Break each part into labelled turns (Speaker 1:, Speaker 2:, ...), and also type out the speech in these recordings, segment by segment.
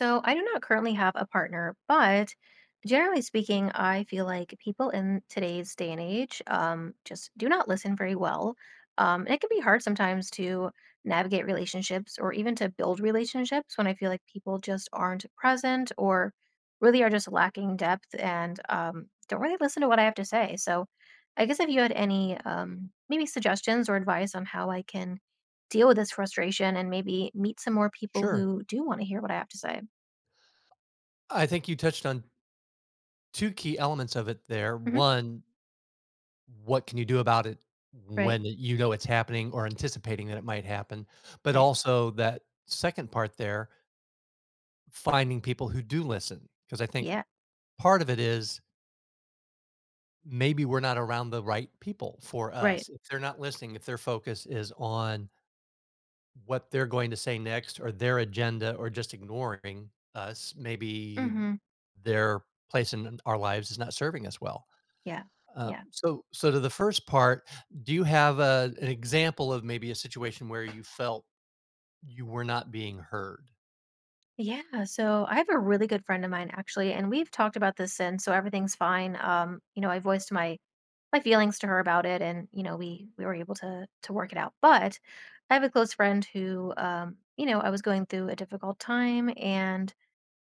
Speaker 1: So I do not currently have a partner, but generally speaking, I feel like people in today's day and age just do not listen very well. And it can be hard sometimes to navigate relationships or even to build relationships when I feel like people just aren't present or really are just lacking depth and don't really listen to what I have to say. So I guess if you had any maybe suggestions or advice on how I can deal with this frustration and maybe meet some more people
Speaker 2: Sure.
Speaker 1: who do want to hear what I have to say.
Speaker 2: I think you touched on two key elements of it there.
Speaker 1: Mhm.
Speaker 2: One, what can you do about it
Speaker 1: Right,
Speaker 2: when you know it's happening or anticipating that it might happen? But
Speaker 1: right.
Speaker 2: also that second part there, finding people who do listen. Because I think
Speaker 1: Yeah,
Speaker 2: part of it is maybe we're not around the right people for
Speaker 1: right.
Speaker 2: us. If they're not listening, if their focus is on what they're going to say next or their agenda or just ignoring us, maybe
Speaker 1: Mhm.
Speaker 2: their place in our lives is not serving us well.
Speaker 1: Yeah,
Speaker 2: Uh,
Speaker 1: yeah.
Speaker 2: so so to the first part, do you have a an example of maybe a situation where you felt you were not being heard?
Speaker 1: Yeah, so I have a really good friend of mine, actually, and we've talked about this since, so everything's fine. I voiced my my feelings to her about it, and we were able to work it out. But I have a close friend who, I was going through a difficult time, and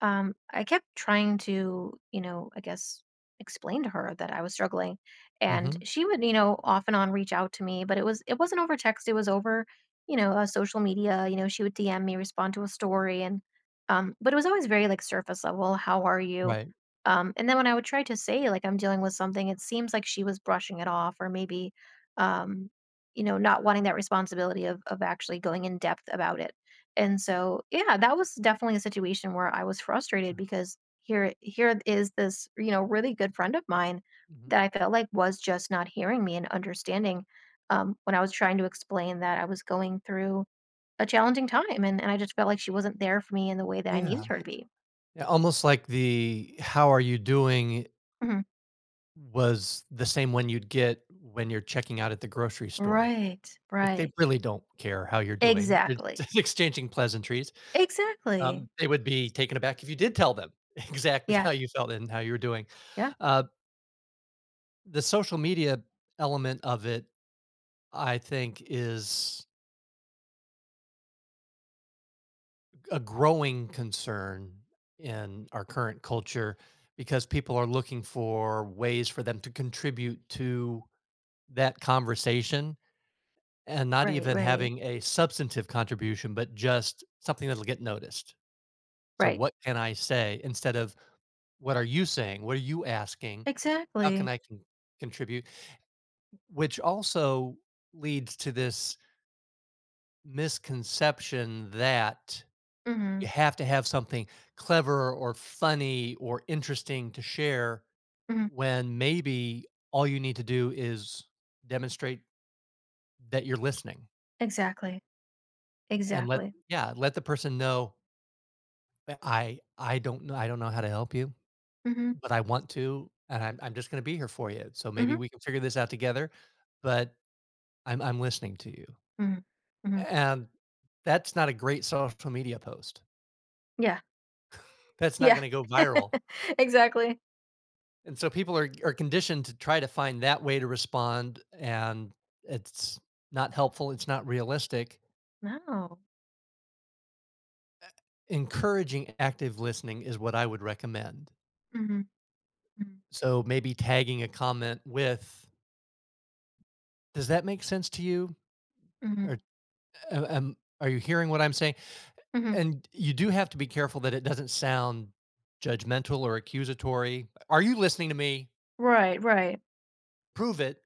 Speaker 1: I kept trying to, I guess, explain to her that I was struggling. And
Speaker 2: Mhm.
Speaker 1: she would, off and on, reach out to me, but it wasn't over text. It was over, social media. She would DM me, respond to a story, and but it was always very, like, surface level. How are you?
Speaker 2: Right.
Speaker 1: Um, and then when I would try to say, like, "I'm dealing with something," it seems like she was brushing it off or maybe, um, not wanting that responsibility of actually going in depth about it. And so, yeah, that was definitely a situation where I was
Speaker 2: Yeah.
Speaker 1: frustrated because here, here is this, you know, really good friend of mine that
Speaker 2: Mhm.
Speaker 1: I felt like was just not hearing me and understanding when I was trying to explain that I was going through a challenging time. And I just felt like she wasn't there for me in the way that I
Speaker 2: Yeah.
Speaker 1: needed her to be.
Speaker 2: Yeah, almost like the "How are you doing?"
Speaker 1: Mhm.
Speaker 2: was the same one you'd get when you're checking out at the grocery store.
Speaker 1: Right,
Speaker 2: Like, they
Speaker 1: right.
Speaker 2: really don't care how you're doing. They're
Speaker 1: Exactly.
Speaker 2: just exchanging pleasantries.
Speaker 1: Exactly.
Speaker 2: They would be taken aback if you did tell them exactly
Speaker 1: Yeah,
Speaker 2: how you felt and how you were doing.
Speaker 1: yeah.
Speaker 2: Uh, the social media element of it I think is a growing concern in our current culture because people are looking for ways for them to contribute to that conversation and not
Speaker 1: Right,
Speaker 2: even
Speaker 1: right,
Speaker 2: having a substantive contribution, but just something that'll get noticed. So,
Speaker 1: right.
Speaker 2: what can I say instead of what are you saying? What are you asking? How can
Speaker 1: Exactly.
Speaker 2: I contribute? Which also leads to this misconception that you
Speaker 1: Mhm,
Speaker 2: have to have something clever or funny or interesting to share
Speaker 1: mhm.
Speaker 2: when maybe all you need to do is demonstrate that you're listening
Speaker 1: Exactly,
Speaker 2: and let
Speaker 1: exactly.
Speaker 2: yeah, let the person know that I don't know, I don't know how to help you,
Speaker 1: Mhm,
Speaker 2: but I want to, and I'm just gonna be here for you. So maybe
Speaker 1: mhm,
Speaker 2: we can figure this out together, but I'm listening to you.
Speaker 1: mhm, mhm.
Speaker 2: And that's not a great social media post.
Speaker 1: Yeah,
Speaker 2: That's not
Speaker 1: yeah.
Speaker 2: gonna go viral.
Speaker 1: Exactly.
Speaker 2: And so people are conditioned to try to find that way to respond, and it's not helpful. It's not realistic.
Speaker 1: No.
Speaker 2: Encouraging active listening is what I would recommend.
Speaker 1: Mhm, mhm,
Speaker 2: So maybe tagging a comment with, "Does that make sense to you?" Or
Speaker 1: mhm,
Speaker 2: "Are you hearing what I'm saying?"
Speaker 1: mhm.
Speaker 2: And you do have to be careful that it doesn't sound judgmental or accusatory. "Are you listening to me?
Speaker 1: Right, right.
Speaker 2: Prove it."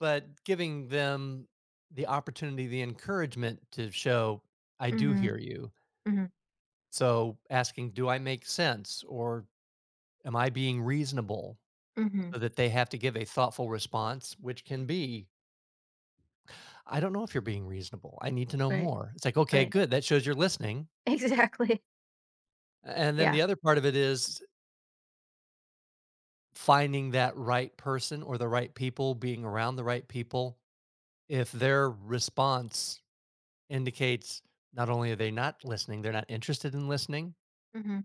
Speaker 2: But giving them the opportunity, the encouragement to show, "I do hear
Speaker 1: Mhm,
Speaker 2: you."
Speaker 1: mhm,
Speaker 2: So asking, do I make sense, or am I being reasonable, so
Speaker 1: mhm.
Speaker 2: that they have to give a thoughtful response, which can be, I don't know if you're being reasonable. I need to know
Speaker 1: Right,
Speaker 2: more. It's like, okay,
Speaker 1: right.
Speaker 2: good. That shows you're listening.
Speaker 1: Exactly.
Speaker 2: And then
Speaker 1: Yeah.
Speaker 2: the other part of it is finding that right person or the right people, being around the right people. If their response indicates not only are they not listening, they're not interested in listening,
Speaker 1: Mhm.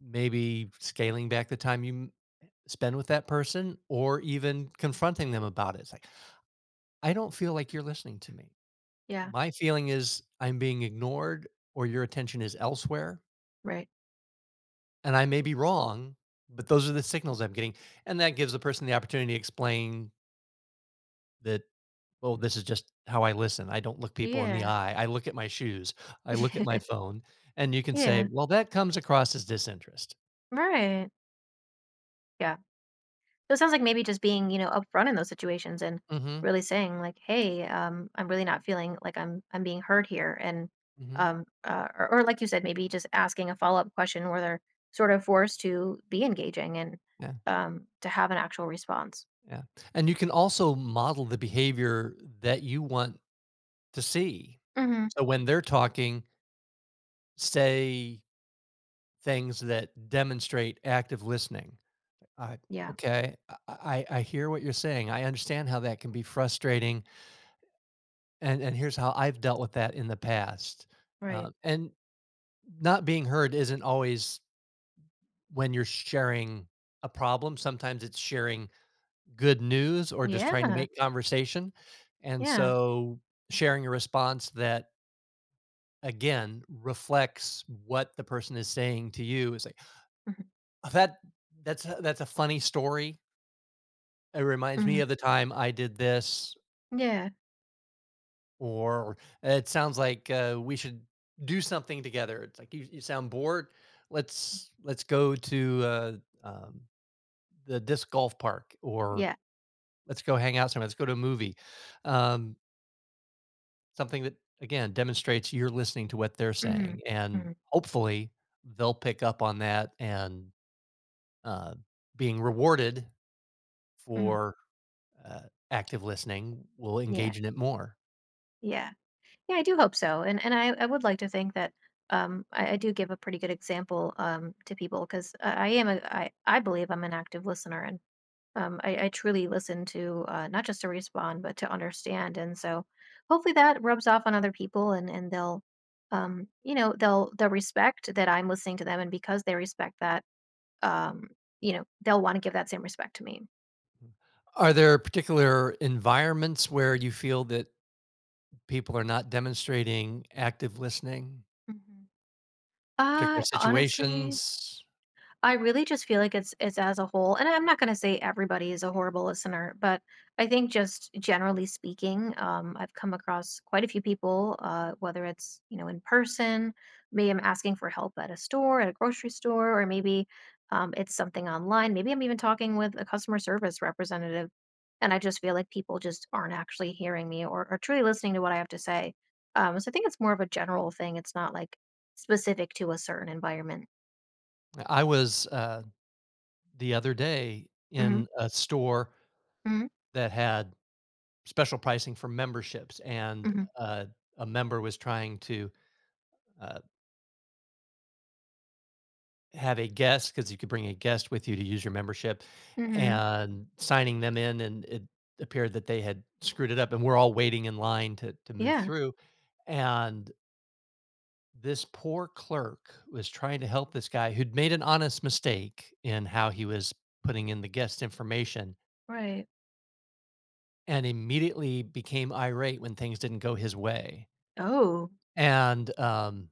Speaker 2: maybe scaling back the time you spend with that person or even confronting them about it. It's like, "I don't feel like you're listening to me.
Speaker 1: Yeah,
Speaker 2: My feeling is I'm being ignored or your attention is elsewhere,
Speaker 1: right.
Speaker 2: and I may be wrong, but those are the signals I'm getting." And that gives the person the opportunity to explain that, "Oh, this is just how I listen. I don't look people in the
Speaker 1: Yeah.
Speaker 2: eye. I look at my shoes. I look at my phone." And you can say,
Speaker 1: Yeah,
Speaker 2: "Well, that comes across as disinterest."
Speaker 1: right. Yeah. So it sounds like maybe just being, you know, upfront in those situations and
Speaker 2: Mhm,
Speaker 1: really saying, like, "Hey, I'm really not feeling like I'm being heard here," and
Speaker 2: mhm,
Speaker 1: or like you said, maybe just asking a follow up question where they're sort of forced to be engaging and
Speaker 2: yeah,
Speaker 1: to have an actual response.
Speaker 2: yeah. And you can also model the behavior that you want to see.
Speaker 1: Hmm.
Speaker 2: So when they're talking, say things that demonstrate active listening. I
Speaker 1: Yeah.
Speaker 2: okay, I hear what you're saying. I understand how that can be frustrating, and here's how I've dealt with that in the past.
Speaker 1: Right.
Speaker 2: And not being heard isn't always when you're sharing a problem. Sometimes it's sharing good news or just trying to
Speaker 1: Yeah.
Speaker 2: make conversation, and
Speaker 1: Yeah.
Speaker 2: so sharing a response that again, reflects what the person is saying to you. It's like,
Speaker 1: Hmm.
Speaker 2: "Oh, that's a funny story. It reminds
Speaker 1: Hmm.
Speaker 2: me of the time I did this,"
Speaker 1: Yeah.
Speaker 2: or "It sounds like, we should do something together." It's like, You sound bored? Let's go to, um, the disc golf park," or
Speaker 1: Yeah.
Speaker 2: "Let's go hang out somewhere. Let's go to a movie." Um, something that, again, demonstrates you're listening to what they're
Speaker 1: Hmm.
Speaker 2: saying, and
Speaker 1: Hmm.
Speaker 2: hopefully, they'll pick up on that and Uh, being rewarded
Speaker 1: Hmm.
Speaker 2: for, uh, active listening will
Speaker 1: Yeah.
Speaker 2: engage in it more.
Speaker 1: Yeah. Yeah, I do hope so, and I would like to think that I do give a pretty good example to people because I am a I believe I'm an active listener and I truly listen to, not just to respond but to understand. And so hopefully that rubs off on other people, and they'll, they'll respect that I'm listening to them. And because they respect that, um, they'll want to give that same respect to me.
Speaker 2: Are there particular environments where you feel that people are not demonstrating active listening?
Speaker 1: Hmm.
Speaker 2: Particular
Speaker 1: Honestly.
Speaker 2: situations?
Speaker 1: I really just feel like it's as a whole, and I'm not gonna say everybody is a horrible listener, but I think just generally speaking, I've come across quite a few people, whether it's, you know, in person. Maybe I'm asking for help at a store, at a grocery store, or maybe it's something online. Maybe I'm even talking with a customer service representative, and I just feel like people just aren't actually hearing me or truly listening to what I have to say. So I think it's more of a general thing. It's not like specific to a certain environment.
Speaker 2: I was, the other day
Speaker 1: Hmm.
Speaker 2: in a store
Speaker 1: Hmm.
Speaker 2: that had special pricing for memberships, and,
Speaker 1: Hmm.
Speaker 2: a member was trying to, uh have a guest because you could bring a guest with you to use your membership,
Speaker 1: Mhm.
Speaker 2: and signing them in, and it appeared that they had screwed it up, and we're all waiting in line to move
Speaker 1: Yeah,
Speaker 2: through, and this poor clerk was trying to help this guy who'd made an honest mistake in how he was putting in the guest information,
Speaker 1: right.
Speaker 2: and immediately became irate when things didn't go his way,
Speaker 1: Oh.
Speaker 2: and, um,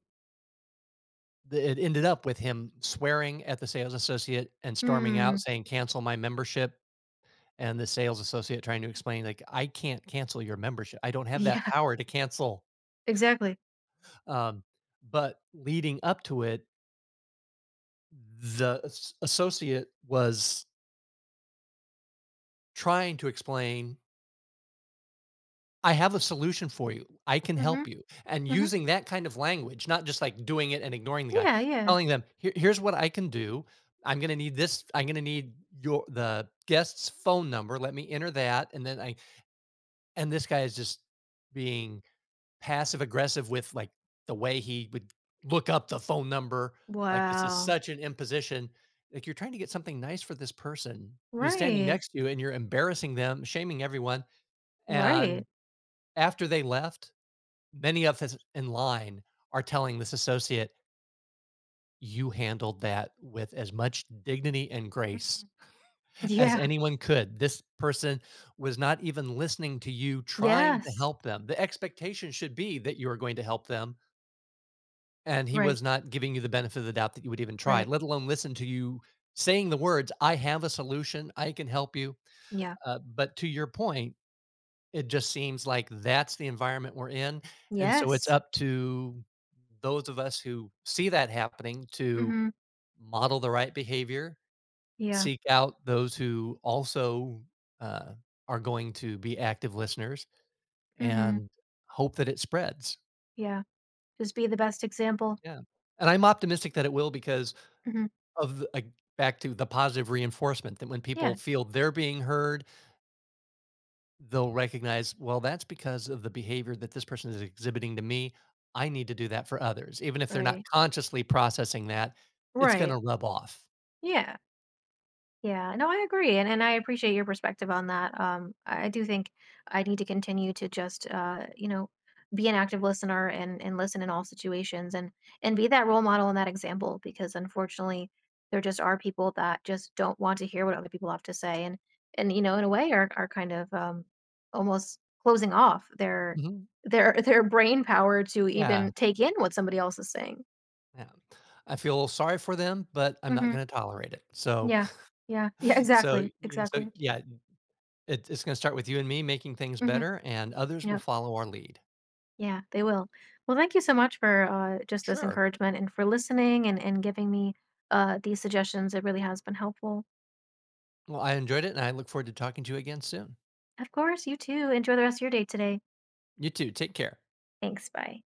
Speaker 2: the it ended up with him swearing at the sales associate and storming
Speaker 1: Hmm.
Speaker 2: out saying, "Cancel my membership." And the sales associate trying to explain, like, "I can't cancel your membership. I don't have that
Speaker 1: Yeah,
Speaker 2: power to cancel."
Speaker 1: exactly.
Speaker 2: Um, but leading up to it, the as associate was trying to explain, "I have a solution for you. I can
Speaker 1: Mhm.
Speaker 2: help you." And
Speaker 1: Mhm.
Speaker 2: using that kind of language, not just, like, doing it and ignoring the guy,
Speaker 1: Yeah, yeah.
Speaker 2: telling them, Here's what I can do. I'm gonna need your the guest's phone number. Let me enter that." And then I and this guy is just being passive aggressive with, like, the way he would look up the phone number, like, this is
Speaker 1: Wow.
Speaker 2: such an imposition, like, you're trying to get something nice for this person who's standing
Speaker 1: Right.
Speaker 2: next to you, and you're embarrassing them, shaming everyone,
Speaker 1: Right.
Speaker 2: and after they left, many of us in line are telling this associate, "You handled that with as much dignity and grace
Speaker 1: Mhm.
Speaker 2: as
Speaker 1: Yeah.
Speaker 2: anyone could. This person was not even listening to you trying to
Speaker 1: Yes.
Speaker 2: help them. The expectation should be that you are going to help them." And he
Speaker 1: Right.
Speaker 2: was not giving you the benefit of the doubt that you would even try,
Speaker 1: Right.
Speaker 2: let alone listen to you saying the words, "I have a solution. I can help you."
Speaker 1: Yeah.
Speaker 2: But to your point, it just seems like that's the environment we're in, and so it's
Speaker 1: Yes.
Speaker 2: up to those of us who see that happening to
Speaker 1: Mhm.
Speaker 2: model the right behavior,
Speaker 1: Yeah.
Speaker 2: seek out those who also, uh, are going to be active listeners,
Speaker 1: Mhm.
Speaker 2: and hope that it spreads.
Speaker 1: Yeah. Just be the best example.
Speaker 2: Yeah, and I'm optimistic that it will because
Speaker 1: Mhm.
Speaker 2: of the like, back to the positive reinforcement that when people
Speaker 1: Yeah.
Speaker 2: feel they're being heard, they'll recognize, well, that's because of the behavior that this person is exhibiting to me. I need to do that for others. Even if they're not
Speaker 1: Right.
Speaker 2: consciously processing that, it's
Speaker 1: Right.
Speaker 2: gonna rub off.
Speaker 1: Yeah. Yeah, no, I agree, and I appreciate your perspective on that. I do think I need to continue to just, you know, be an active listener and listen in all situations, and be that role model and that example, because, unfortunately, there just are people that just don't want to hear what other people have to say, and, you know, in a way, are kind of, almost closing off
Speaker 2: Mhm.
Speaker 1: their their brain power to
Speaker 2: Yeah,
Speaker 1: even take in what somebody else is saying.
Speaker 2: yeah. I feel sorry for them, but I'm not
Speaker 1: Hmm.
Speaker 2: gonna tolerate it. So
Speaker 1: Yeah, yeah, yeah, exactly, exactly.
Speaker 2: yeah, it it's gonna start with you and me making things
Speaker 1: Hmm.
Speaker 2: better, and others will
Speaker 1: Yeah.
Speaker 2: follow our lead.
Speaker 1: Yeah, they will. Well, thank you so much for just this
Speaker 2: Sure.
Speaker 1: encouragement and for listening and giving me these suggestions. It really has been helpful.
Speaker 2: Well, I enjoyed it, and I look forward to talking to you again soon.
Speaker 1: Of course, you too. Enjoy the rest of your day today.
Speaker 2: You too, take care.
Speaker 1: Thanks. Bye.